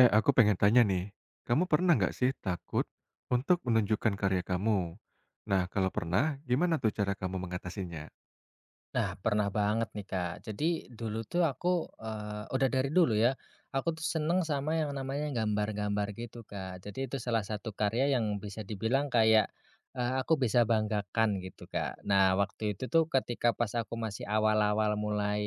Eh, aku pengen tanya nih, kamu pernah nggak sih takut untuk menunjukkan karya kamu? Nah, kalau pernah, gimana tuh cara kamu mengatasinya? Nah, pernah banget nih, Kak. Jadi dulu tuh aku, udah dari dulu ya, aku tuh seneng sama yang namanya gambar-gambar gitu, Kak. Jadi itu salah satu karya yang bisa dibilang kayak, aku bisa banggakan gitu, Kak. Nah, waktu itu tuh ketika pas aku masih awal-awal mulai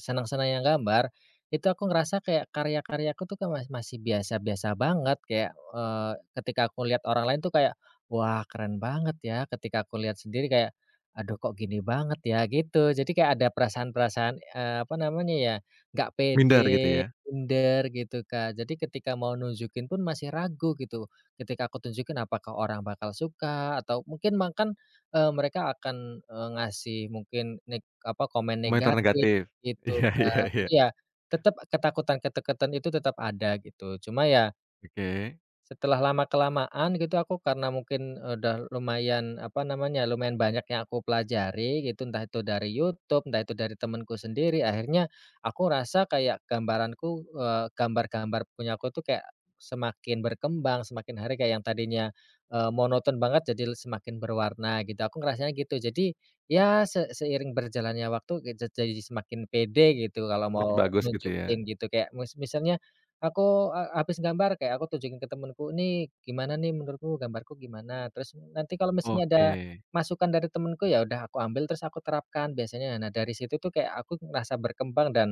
senang-senang yang gambar, itu aku ngerasa kayak karya-karyaku tuh kan masih biasa-biasa banget, kayak, ketika aku lihat orang lain tuh kayak, "Wah, keren banget ya." Ketika aku lihat sendiri kayak, "Aduh, kok gini banget ya," gitu. Jadi kayak ada perasaan-perasaan, apa namanya ya, nggak Minder gitu pede, ya? minder gitu, Kak. Jadi ketika mau nunjukin pun masih ragu gitu. Ketika aku tunjukin apakah orang bakal suka atau mungkin bahkan, mereka akan, ngasih mungkin apa, komen Komentar negatif negatif? gitu, Iya, iya, Kak. iya. Jadi ya tetap ketakutan-ketakutan itu tetap ada gitu. Cuma ya Oke, setelah lama-kelamaan gitu aku karena mungkin udah lumayan, apa namanya, lumayan banyak yang aku pelajari gitu, entah itu dari YouTube, entah itu dari temenku sendiri, akhirnya aku rasa kayak gambaranku, gambar-gambar punya aku tuh kayak semakin berkembang, semakin hari kayak yang tadinya, monoton banget jadi semakin berwarna gitu, aku ngerasanya gitu. Jadi, ya seiring berjalannya waktu jadi semakin pede gitu kalau mau makin bagus gitu ya? nunjukin gitu, kayak misalnya aku, habis gambar kayak aku tunjukin ke temenku, "Ini gimana nih, menurutmu gambarku gimana?" Terus nanti kalau misalnya ada Oke. masukan dari temenku ya udah aku ambil terus aku terapkan biasanya. Nah dari situ tuh kayak aku ngerasa berkembang dan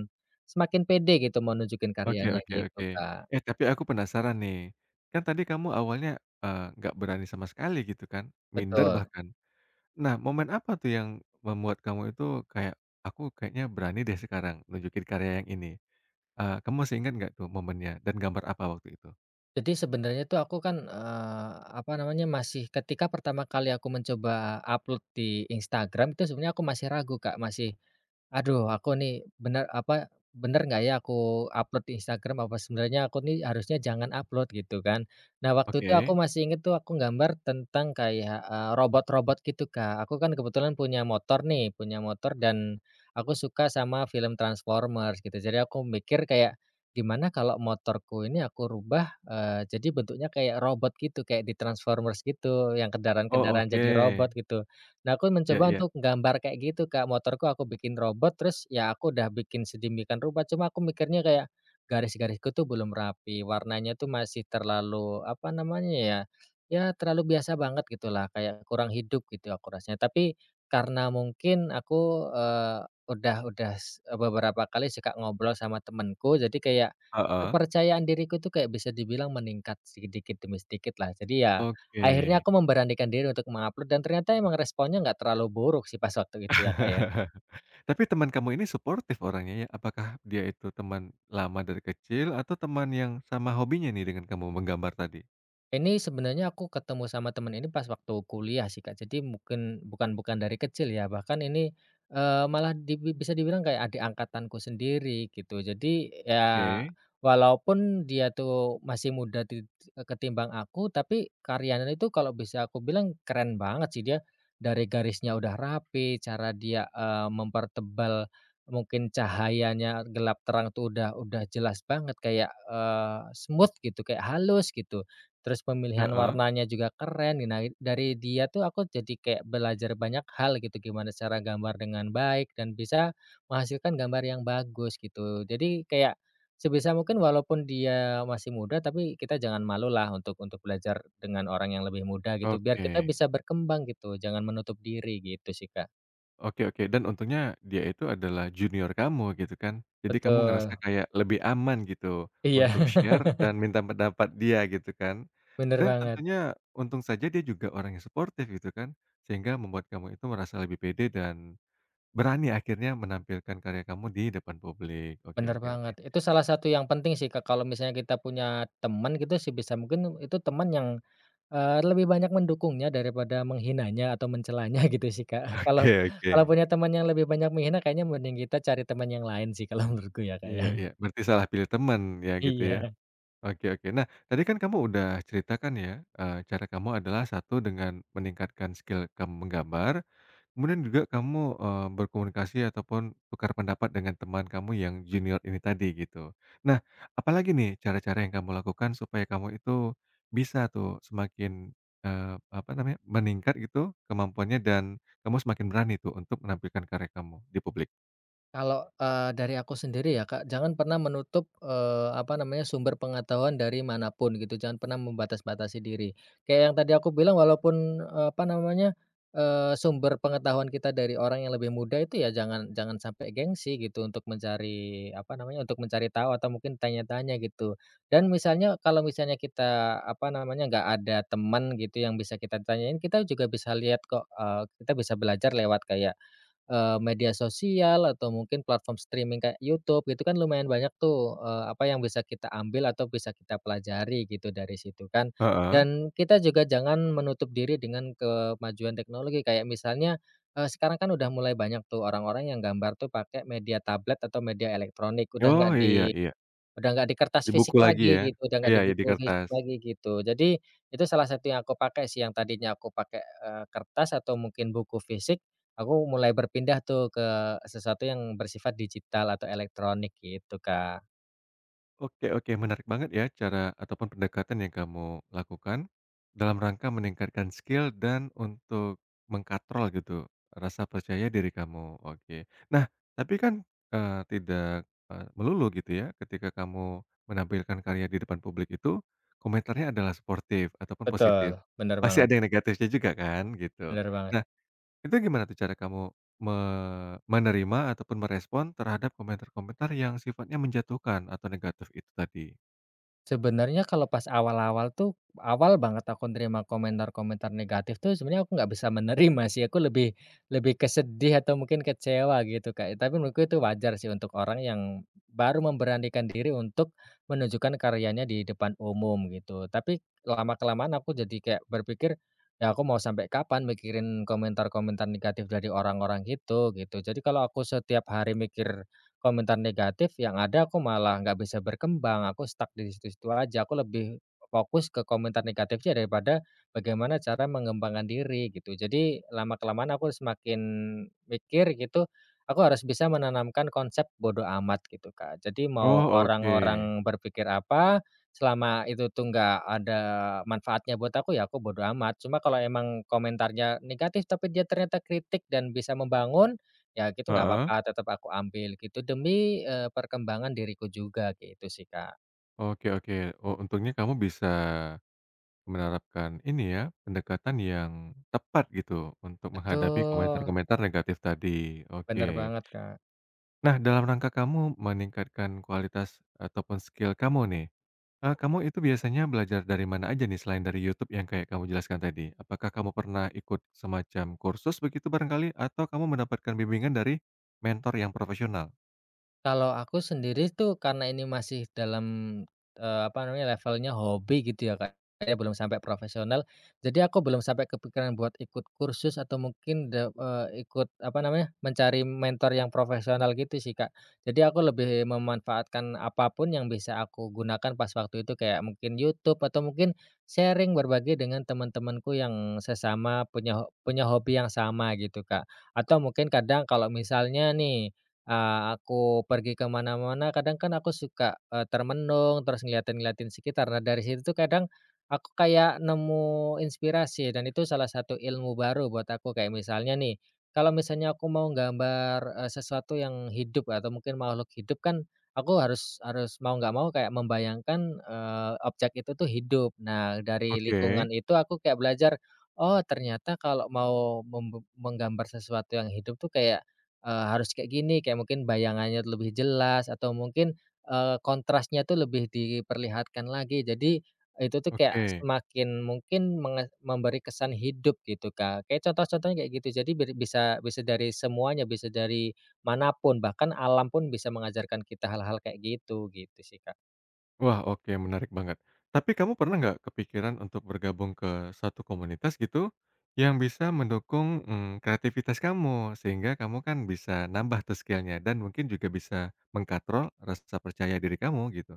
semakin pede gitu mau nunjukin Oke, karyanya oke, gitu, oke. Kak. Eh, tapi aku penasaran nih, kan tadi kamu awalnya, nggak berani sama sekali gitu kan, minder Betul. bahkan. Nah, momen apa tuh yang membuat kamu itu kayak, "Aku kayaknya berani deh sekarang nunjukin karya yang ini." Kamu masih ingat nggak tuh momennya dan gambar apa waktu itu? Jadi sebenarnya tuh aku kan, apa namanya, masih ketika pertama kali aku mencoba upload di Instagram itu sebenarnya aku masih ragu, Kak, masih, "Aduh, aku nih bener apa, bener nggak ya aku upload di Instagram, apa sebenarnya aku nih harusnya jangan upload," gitu kan. Nah, waktu itu aku Oke. masih inget tuh aku gambar tentang kayak, robot-robot gitu, Kak. Aku kan kebetulan punya motor nih, punya motor, dan aku suka sama film Transformers gitu. Jadi aku mikir kayak, "Gimana kalau motorku ini aku rubah, jadi bentuknya kayak robot gitu, kayak di Transformers gitu, yang Oh, kendaraan-kendaraan oke. jadi robot," gitu. Nah, aku Iya, mencoba iya. untuk gambar kayak gitu, Kak. Motorku aku bikin robot, terus ya aku udah bikin sedemikian rupa, cuma aku mikirnya kayak garis-garisku tuh belum rapi, warnanya tuh masih terlalu, apa namanya ya, ya terlalu biasa banget gitulah, kayak kurang hidup gitu aku rasanya. Tapi karena mungkin aku, udah beberapa kali suka ngobrol sama temenku, jadi kayak Heeh. kepercayaan diriku tuh kayak bisa dibilang meningkat sedikit demi sedikit lah. Jadi ya, Oke. akhirnya aku memberanikan diri untuk mengupload dan ternyata emang responnya nggak terlalu buruk sih pas waktu itu ya, Kak, ya. Tapi teman kamu ini suportif orangnya ya? Apakah dia itu teman lama dari kecil atau teman yang sama hobinya nih dengan kamu menggambar tadi? Ini sebenarnya aku ketemu sama temen ini pas waktu kuliah sih, Kak. Jadi mungkin bukan bukan dari kecil ya, bahkan ini, malah bisa dibilang kayak adik angkatanku sendiri gitu. Jadi ya Oke. walaupun dia tuh masih muda ketimbang aku, tapi karyanya itu kalau bisa aku bilang keren banget sih. Dia, dari garisnya udah rapi, cara dia, mempertebal mungkin cahayanya gelap terang tuh udah jelas banget kayak, smooth gitu, kayak halus gitu. Terus pemilihan Heeh. warnanya juga keren, nah dari dia tuh aku jadi kayak belajar banyak hal gitu, gimana cara gambar dengan baik dan bisa menghasilkan gambar yang bagus gitu. Jadi kayak sebisa mungkin walaupun dia masih muda, tapi kita jangan malu lah untuk belajar dengan orang yang lebih muda gitu, biar kita Oke. bisa berkembang gitu, jangan menutup diri gitu sih, Kak. Oke oke, dan untungnya dia itu adalah junior kamu gitu kan. Jadi kamu ngerasa Betul, kayak lebih aman gitu iya, untuk share dan minta pendapat dia gitu kan. bener Dan banget, tentunya untung saja dia juga orang yang suportif gitu kan, sehingga membuat kamu itu merasa lebih pede dan berani akhirnya menampilkan karya kamu di depan publik. Oke, bener oke, oke. banget. Itu salah satu yang penting sih, Kak, kalau misalnya kita punya teman gitu sih bisa mungkin itu teman yang lebih banyak mendukungnya daripada menghinanya atau mencelanya gitu sih, Kak. Kalau Oke, oke. kalau punya teman yang lebih banyak menghina kayaknya mending kita cari teman yang lain sih kalau menurutku ya, Kak, Iya ya. iya, berarti salah pilih teman ya gitu ya. Iya. Oke, oke. Nah, tadi kan kamu udah ceritakan ya, cara kamu adalah satu dengan meningkatkan skill kamu menggambar, kemudian juga kamu, berkomunikasi ataupun tukar pendapat dengan teman kamu yang junior ini tadi gitu. Nah, apalagi nih cara-cara yang kamu lakukan supaya kamu itu bisa tuh semakin, eee, apa namanya, meningkat gitu kemampuannya dan kamu semakin berani tuh untuk menampilkan karya kamu di publik? Kalau, dari aku sendiri ya, Kak, jangan pernah menutup, apa namanya, sumber pengetahuan dari manapun gitu, jangan pernah membatas-batasi diri. Kayak yang tadi aku bilang walaupun, apa namanya, sumber pengetahuan kita dari orang yang lebih muda itu ya jangan jangan sampai gengsi gitu untuk mencari, apa namanya, untuk mencari tahu atau mungkin tanya-tanya gitu. Dan misalnya kalau misalnya kita, apa namanya, nggak ada teman gitu yang bisa kita tanyain, kita juga bisa lihat kok, kita bisa belajar lewat kayak media sosial atau mungkin platform streaming kayak YouTube gitu kan lumayan banyak tuh, apa yang bisa kita ambil atau bisa kita pelajari gitu dari situ kan. Heeh. Dan kita juga jangan menutup diri dengan kemajuan teknologi kayak misalnya, sekarang kan udah mulai banyak tuh orang-orang yang gambar tuh pakai media tablet atau media elektronik. Oh, iya, iya. Udah nggak di kertas Di fisik buku lagi lagi ya? gitu, udah nggak Iya di iya, di buku fisik kertas. lagi gitu. Jadi, itu salah satu yang aku pakai sih, yang tadinya aku pakai, kertas atau mungkin buku fisik, aku mulai berpindah tuh ke sesuatu yang bersifat digital atau elektronik gitu, Kak. Oke oke, menarik banget ya cara ataupun pendekatan yang kamu lakukan, dalam rangka meningkatkan skill dan untuk mengkatrol gitu, rasa percaya diri kamu, oke. Nah, tapi kan, tidak, melulu gitu ya, ketika kamu menampilkan karya di depan publik itu, komentarnya adalah sportif ataupun Betul, positif. bener Pasti banget, ada yang negatifnya juga kan, gitu. bener banget. Nah, itu gimana tuh cara kamu me menerima ataupun merespon terhadap komentar-komentar yang sifatnya menjatuhkan atau negatif itu tadi? Sebenarnya kalau pas awal-awal tuh, awal banget aku nerima komentar-komentar negatif tuh sebenarnya aku nggak bisa menerima sih, aku lebih lebih kesedih atau mungkin kecewa gitu, Kak. Tapi menurutku itu wajar sih untuk orang yang baru memberanikan diri untuk menunjukkan karyanya di depan umum gitu. Tapi lama-kelamaan aku jadi kayak berpikir, "Ya aku mau sampai kapan mikirin komentar-komentar negatif dari orang-orang gitu?" Gitu. Jadi kalau aku setiap hari mikir komentar negatif yang ada aku malah nggak bisa berkembang, aku stuck di situ-situ aja, aku lebih fokus ke komentar negatifnya daripada bagaimana cara mengembangkan diri gitu. Jadi lama-kelamaan aku semakin mikir gitu, aku harus bisa menanamkan konsep bodoh amat gitu, Kak. Jadi mau Oh, oke. orang-orang berpikir apa, selama itu tuh nggak ada manfaatnya buat aku ya aku bodo amat. Cuma kalau emang komentarnya negatif tapi dia ternyata kritik dan bisa membangun, ya gitu nggak Heeh. apa-apa, tetap aku ambil gitu demi, perkembangan diriku juga gitu sih, Kak. Oke, oke. Oh, untungnya kamu bisa menerapkan ini ya, pendekatan yang tepat gitu untuk menghadapi Betul, komentar-komentar negatif tadi. bener Oke. banget, Kak. Nah, dalam rangka kamu meningkatkan kualitas ataupun skill kamu nih, kamu itu biasanya belajar dari mana aja nih selain dari YouTube yang kayak kamu jelaskan tadi? Apakah kamu pernah ikut semacam kursus begitu barangkali? Atau kamu mendapatkan bimbingan dari mentor yang profesional? Kalau aku sendiri tuh karena ini masih dalam, apa namanya, levelnya hobi gitu ya, Kak, ya, belum sampai profesional. Jadi aku belum sampai kepikiran buat ikut kursus atau mungkin ikut apa namanya, mencari mentor yang profesional gitu sih, Kak. Jadi aku lebih memanfaatkan apapun yang bisa aku gunakan pas waktu itu kayak mungkin YouTube atau mungkin sharing berbagi dengan teman-temanku yang sesama punya hobi yang sama gitu, Kak. Atau mungkin kadang kalau misalnya nih, aku pergi ke mana-mana kadang kan aku suka, termenung terus ngeliatin-ngeliatin sekitar. Nah dari situ tuh kadang aku kayak nemu inspirasi dan itu salah satu ilmu baru buat aku. Kayak misalnya nih, kalau misalnya aku mau gambar, sesuatu yang hidup atau mungkin makhluk hidup kan aku harus harus mau nggak mau kayak membayangkan, objek itu tuh hidup. Nah dari Oke, lingkungan itu aku kayak belajar, oh ternyata kalau mau menggambar sesuatu yang hidup tuh kayak, harus kayak gini, kayak mungkin bayangannya tuh lebih jelas atau mungkin, kontrasnya tuh lebih diperlihatkan lagi. Jadi, itu tuh kayak oke. semakin mungkin memberi kesan hidup gitu, Kak. Kayak contoh-contohnya kayak gitu. Jadi bir bisa bisa dari semuanya, bisa dari manapun bahkan alam pun bisa mengajarkan kita hal-hal kayak gitu, gitu sih, Kak. Wah, oke, menarik banget. Tapi kamu pernah nggak kepikiran untuk bergabung ke satu komunitas gitu, yang bisa mendukung, mmm, kreativitas kamu? Sehingga kamu kan bisa nambah tuh skill-nya dan mungkin juga bisa mengkatrol rasa percaya diri kamu gitu.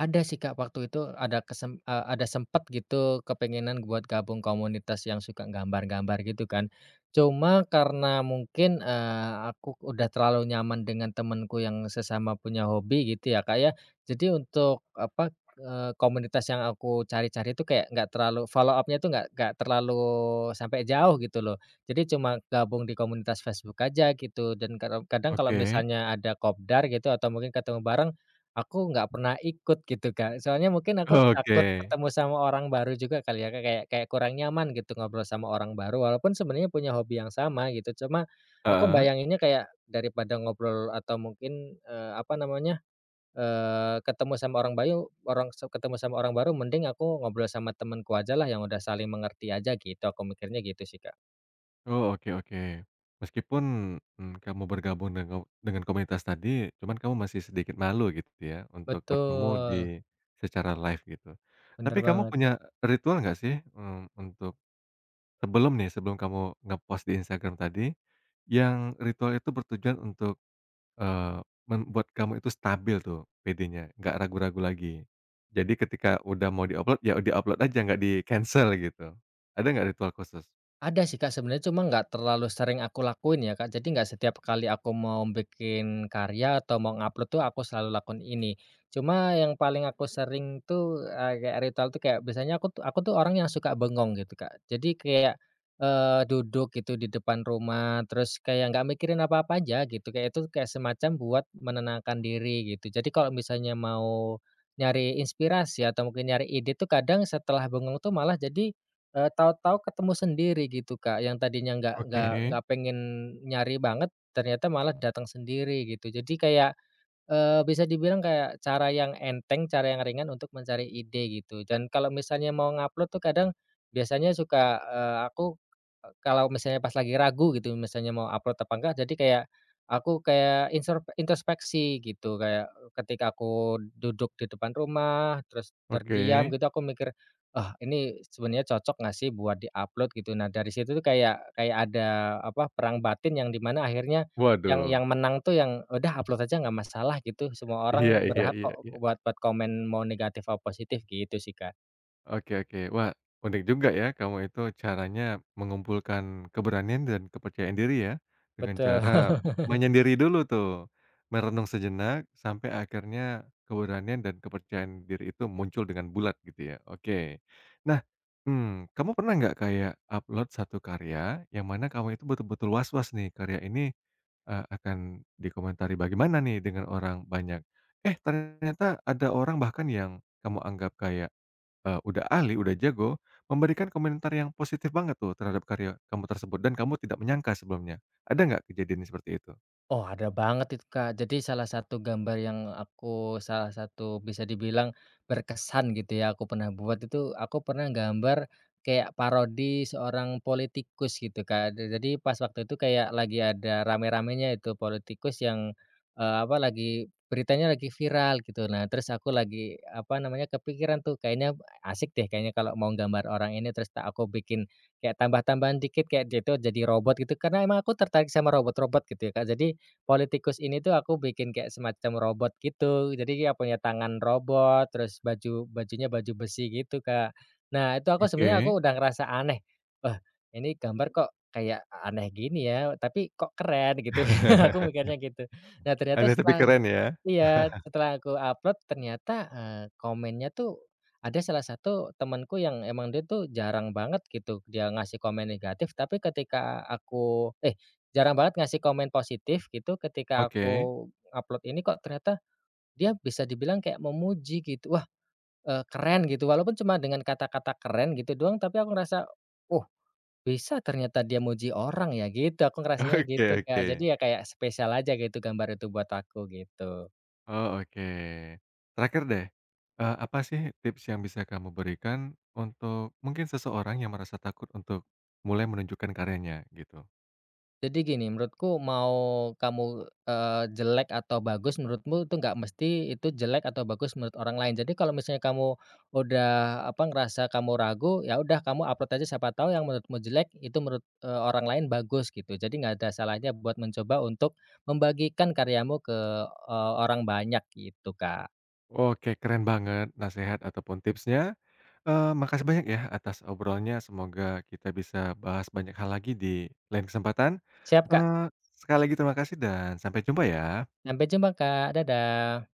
Ada sih, Kak, waktu itu ada ada sempet gitu kepengenan buat gabung komunitas yang suka gambar-gambar gitu kan. Cuma karena mungkin, aku udah terlalu nyaman dengan temenku yang sesama punya hobi gitu ya, Kak, ya. Jadi untuk apa, komunitas yang aku cari-cari itu kayak nggak terlalu follow up-nya tuh nggak terlalu sampai jauh gitu loh. Jadi cuma gabung di komunitas Facebook aja gitu dan kadang kadang kalau Oke. misalnya ada kopdar gitu atau mungkin ketemu bareng, aku nggak pernah ikut gitu, Kak. Soalnya mungkin aku Oke, takut ketemu sama orang baru juga kali ya, Kak, kayak kayak kurang nyaman gitu ngobrol sama orang baru, walaupun sebenarnya punya hobi yang sama gitu. Cuma aku heeh. bayanginnya kayak daripada ngobrol atau mungkin, apa namanya, ketemu sama orang bayu orang se ketemu sama orang baru mending aku ngobrol sama temenku ajalah yang udah saling mengerti aja gitu, aku mikirnya gitu sih, Kak. Oh, oke, oke. Meskipun, mmm, kamu bergabung dengan komunitas tadi, cuman kamu masih sedikit malu gitu ya, untuk bertemu di Betul, secara live gitu. bener Tapi kamu banget. punya ritual nggak sih, mmm, untuk sebelum nih, sebelum kamu ngepost di Instagram tadi, yang ritual itu bertujuan untuk, membuat kamu itu stabil tuh PD-nya, nggak ragu-ragu lagi. Jadi ketika udah mau diupload, ya diupload aja nggak di-cancel gitu. Ada nggak ritual khusus? Ada sih, Kak, sebenarnya cuma nggak terlalu sering aku lakuin ya, Kak. Jadi nggak setiap kali aku mau bikin karya atau mau ngupload tuh aku selalu lakuin ini. Cuma yang paling aku sering tuh, kayak ritual tuh kayak biasanya aku tuh orang yang suka bengong gitu, Kak. Jadi kayak, duduk gitu di depan rumah, terus kayak nggak mikirin apa-apa aja gitu, kayak itu kayak semacam buat menenangkan diri gitu. Jadi kalau misalnya mau nyari inspirasi atau mungkin nyari ide tuh kadang setelah bengong tuh malah jadi, tahu-tahu ketemu sendiri gitu, Kak, yang tadinya nggak Oke, nggak nggak pengen nyari banget, ternyata malah datang sendiri gitu. Jadi kayak, bisa dibilang kayak cara yang enteng, cara yang ringan untuk mencari ide gitu. Dan kalau misalnya mau ngupload tuh kadang biasanya suka, aku e kalau misalnya pas lagi ragu gitu, misalnya mau upload apa enggak, jadi kayak aku kayak introspeksi gitu, kayak ketika aku duduk di depan rumah, terus terdiam oke. gitu, aku mikir, "Ah, ini sebenarnya cocok nggak sih buat di-upload?" Gitu. Nah, dari situ tuh kayak kayak ada, apa, perang batin yang di mana akhirnya yang Waduh. yang menang tuh yang, udah upload aja nggak masalah gitu, semua Iya, orang iya, berhak iya, kok iya. buat buat komen mau negatif atau positif gitu sih, Kak. Oke, oke. Wah, unik juga ya kamu itu caranya mengumpulkan keberanian dan kepercayaan diri ya, dengan Betul. cara menyendiri dulu tuh, merenung sejenak sampai akhirnya keberanian dan kepercayaan diri itu muncul dengan bulat gitu ya. Oke. Nah, mmm, kamu pernah nggak kayak upload satu karya yang mana kamu itu betul-betul was-was nih karya ini, akan dikomentari bagaimana nih dengan orang banyak. Eh, ternyata ada orang bahkan yang kamu anggap kayak udah ahli, udah jago, memberikan komentar yang positif banget tuh terhadap karya kamu tersebut dan kamu tidak menyangka sebelumnya. Ada nggak kejadian seperti itu? Oh, ada banget itu, Kak. Jadi salah satu gambar yang aku salah satu bisa dibilang berkesan gitu ya, aku pernah buat itu, aku pernah gambar kayak parodi seorang politikus gitu, Kak. Jadi pas waktu itu kayak lagi ada rame-ramenya itu politikus yang, apa, lagi beritanya lagi viral gitu. Nah, terus aku lagi, apa namanya, kepikiran tuh, kayaknya asik deh kayaknya kalau mau gambar orang ini, terus tak aku bikin kayak tambah-tambahan dikit kayak dia itu jadi robot gitu, karena emang aku tertarik sama robot-robot gitu ya, Kak. Jadi politikus ini tuh aku bikin kayak semacam robot gitu, jadi kayak punya tangan robot, terus bajunya baju besi gitu, Kak. Nah, itu aku sebenarnya Oke. aku udah ngerasa aneh, "Wah, ini gambar kok kayak aneh gini ya, tapi kok keren?" gitu, aku mikirnya gitu. Nah, ternyata Ada tapi setelah. keren ya? Iya, setelah aku upload ternyata, komennya tuh ada salah satu temanku yang emang dia tuh jarang banget gitu dia ngasih komen negatif, tapi ketika aku, eh, jarang banget ngasih komen positif gitu, ketika Oke. aku upload ini kok ternyata dia bisa dibilang kayak memuji gitu. Wah, keren gitu, walaupun cuma dengan kata-kata keren gitu doang, tapi aku ngerasa, "Oh, bisa ternyata dia muji orang ya?" Gitu, aku ngerasanya Oke, gitu, oke. Kak. Jadi ya kayak spesial aja gitu gambar itu buat aku, gitu. Oh, oke. Terakhir deh, apa sih tips yang bisa kamu berikan untuk mungkin seseorang yang merasa takut untuk mulai menunjukkan karyanya gitu? Jadi gini, menurutku mau kamu, jelek atau bagus menurutmu itu nggak mesti itu jelek atau bagus menurut orang lain. Jadi kalau misalnya kamu udah, apa, ngerasa kamu ragu, ya udah kamu upload aja siapa tahu yang menurutmu jelek itu menurut, orang lain bagus gitu. Jadi nggak ada salahnya buat mencoba untuk membagikan karyamu ke, orang banyak gitu, Kak. Oke, keren banget nasehat ataupun tipsnya. Makasih banyak ya atas obrolannya, semoga kita bisa bahas banyak hal lagi di lain kesempatan. Siap, Kak. Eee, Sekali lagi terima kasih dan sampai jumpa ya. Sampai jumpa, Kak. Dadah.